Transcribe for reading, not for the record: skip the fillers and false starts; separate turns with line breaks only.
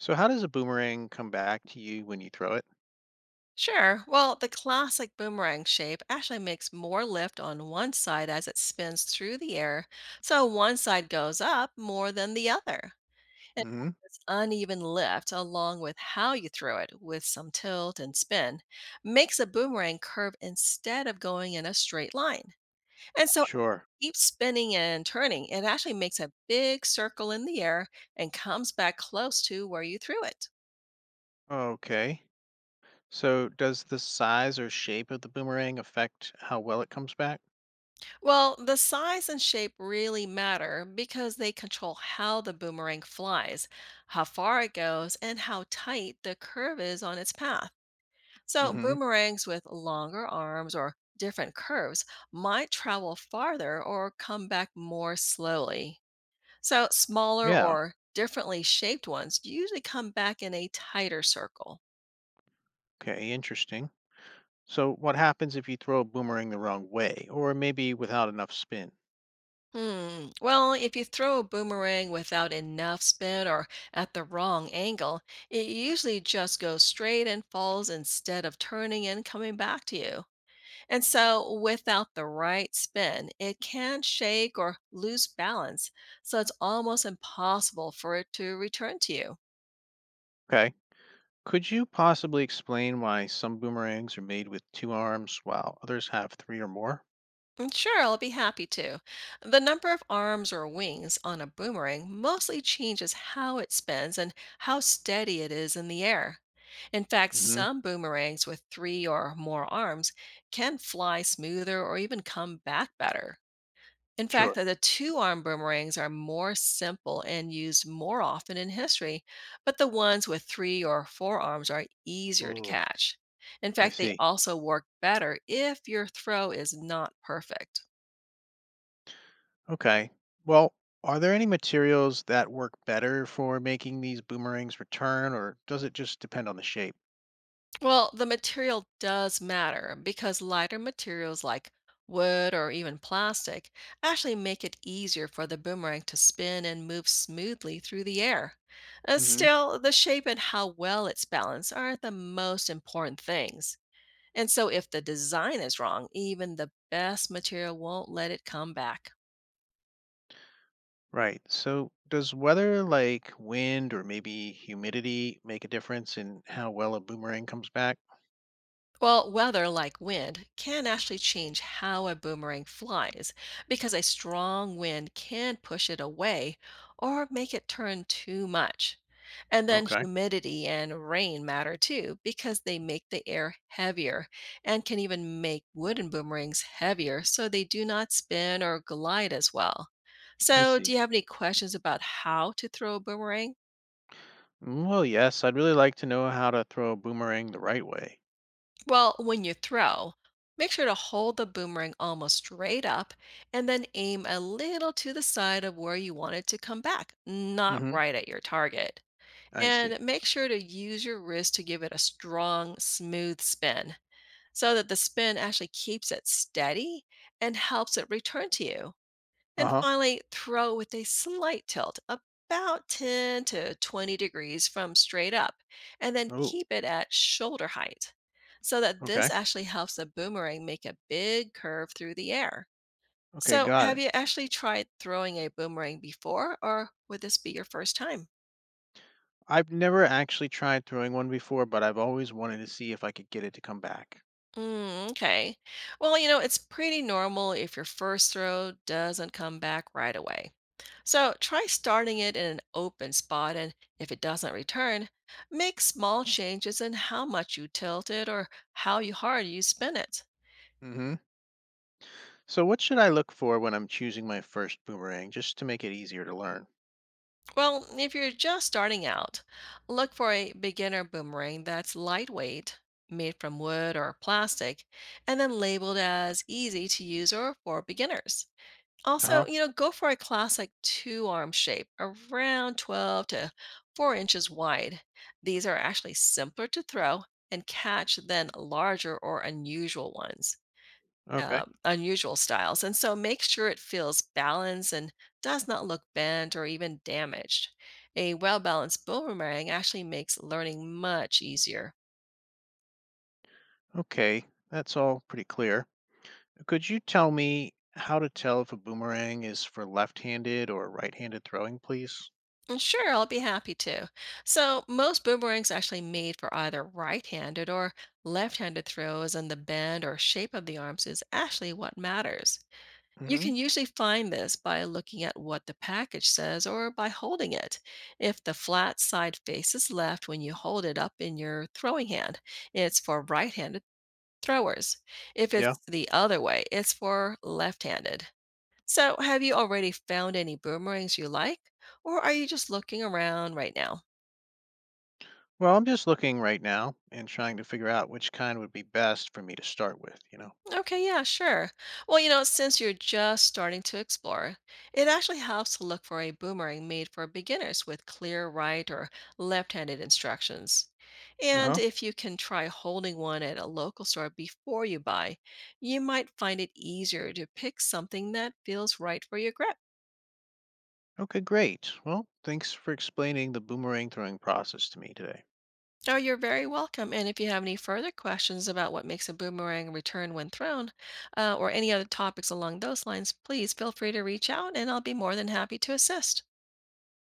So, how does a boomerang come back to you when you throw it?
Sure. Well, the classic boomerang shape actually makes more lift on one side as it spins through the air, so one side goes up more than the other. And
Hmm.
this uneven lift, along with how you throw it with some tilt and spin, makes a boomerang curve instead of going in a straight line. And so
Sure.
keep spinning and turning, it actually makes a big circle in the air and comes back close to where you threw it.
Okay. So, does the size or shape of the boomerang affect how well it comes back?
Well, the size and shape really matter because they control how the boomerang flies, how far it goes, and how tight the curve is on its path. So,
Hmm.
boomerangs with longer arms or different curves might travel farther or come back more slowly. So, smaller
Yeah.
or differently shaped ones usually come back in a tighter circle.
Okay. Interesting. So, what happens if you throw a boomerang the wrong way or maybe without enough spin?
Hmm. Well, if you throw a boomerang without enough spin or at the wrong angle, it usually just goes straight and falls instead of turning and coming back to you. And
Hmm.
so, without the right spin, it can shake or lose balance, so it's almost impossible for it to return to you.
Okay. Could you possibly explain why some boomerangs are made with two arms while others have three or more?
Sure, I'll be happy to. The number of arms or wings on a boomerang mostly changes how it spins and how steady it is in the air. In fact,
Hmm.
some boomerangs with three or more arms can fly smoother or even come back better. In fact,
Sure.
the two arm boomerangs are more simple and used more often in history, but the ones with three or four arms are easier to
Oh,
catch. In
I
fact, they
see.
also work better if your throw is not perfect.
Okay. Well, are there any materials that work better for making these boomerangs return, or does it just depend on the shape?
Well, the material does matter because lighter materials like wood or even plastic actually make it easier for the boomerang to spin and move smoothly through the air.
Hmm.
Still, the shape and how well it's balanced are the most important things. And so, if the design is wrong, even the best material won't let it come back.
Right. So, does weather like wind or maybe humidity make a difference in how well a boomerang comes back?
Well, weather like wind can actually change how a boomerang flies because a strong wind can push it away or make it turn too much. And then
Okay.
humidity and rain matter too because they make the air heavier and can even make wooden boomerangs heavier so they do not spin or glide as well.
I
So, do you
see.
have any questions about how to throw a boomerang?
Well, yes, I'd really like to know how to throw a boomerang the right way.
Well, when you throw, make sure to hold the boomerang almost straight up and then aim a little to the side of where you want it to come back, not
Hmm.
right at your target.
I
And
see.
make sure to use your wrist to give it a strong, smooth spin so that the spin actually keeps it steady and helps it return to you.
Uh
And
huh.
finally, throw with a slight tilt, about 10 to 20 degrees from straight up, and then
Oh,
keep it at shoulder height so that this
okay.
actually helps the boomerang make a big curve through the air.
Okay,
So,
got
have
it.
you actually tried throwing a boomerang before, or would this be your first time?
I've never actually tried throwing one before, but I've always wanted to see if I could get it to come back.
Okay. Well, you know, it's pretty normal if your first throw doesn't come back right away. So try starting it in an open spot, and if it doesn't return, make small changes in how much you tilt it or how you hard you spin it.
Hmm. So, what should I look for when I'm choosing my first boomerang, just to make it easier to learn?
Well, if you're just starting out, look for a beginner boomerang that's lightweight, made from wood or plastic, and then labeled as easy to use or for beginners. Also,
Oh,
you know, go for a classic two arm shape around 12 to 4 inches wide. These are actually simpler to throw and catch than larger or unusual ones,
okay.
unusual styles. And so make sure it feels balanced and does not look bent or even damaged. A well balanced boomerang actually makes learning much easier.
Okay, that's all pretty clear. Could you tell me how to tell if a boomerang is for left-handed or right-handed throwing, please?
Sure, I'll be happy to. So, most boomerangs actually made for either right-handed or left-handed throws, and the bend or shape of the arms is actually what matters. You
Hmm.
can usually find this by looking at what the package says or by holding it. If the flat side faces left when you hold it up in your throwing hand, it's for right-handed throwers. If
Yeah.
it's the other way, it's for left-handed. So, have you already found any boomerangs you like, or are you just looking around right now?
Well, I'm just looking right now and trying to figure out which kind would be best for me to start with.
Okay, yeah, sure. Well, you know, since you're just starting to explore, it actually helps to look for a boomerang made for beginners with clear right or left handed instructions.
Uh
And
huh.
if you can try holding one at a local store before you buy, you might find it easier to pick something that feels right for your grip.
Okay, great. Well, thanks for explaining the boomerang throwing process to me today.
Oh, you're very welcome. And if you have any further questions about what makes a boomerang return when thrown, or any other topics along those lines, please feel free to reach out and I'll be more than happy to assist.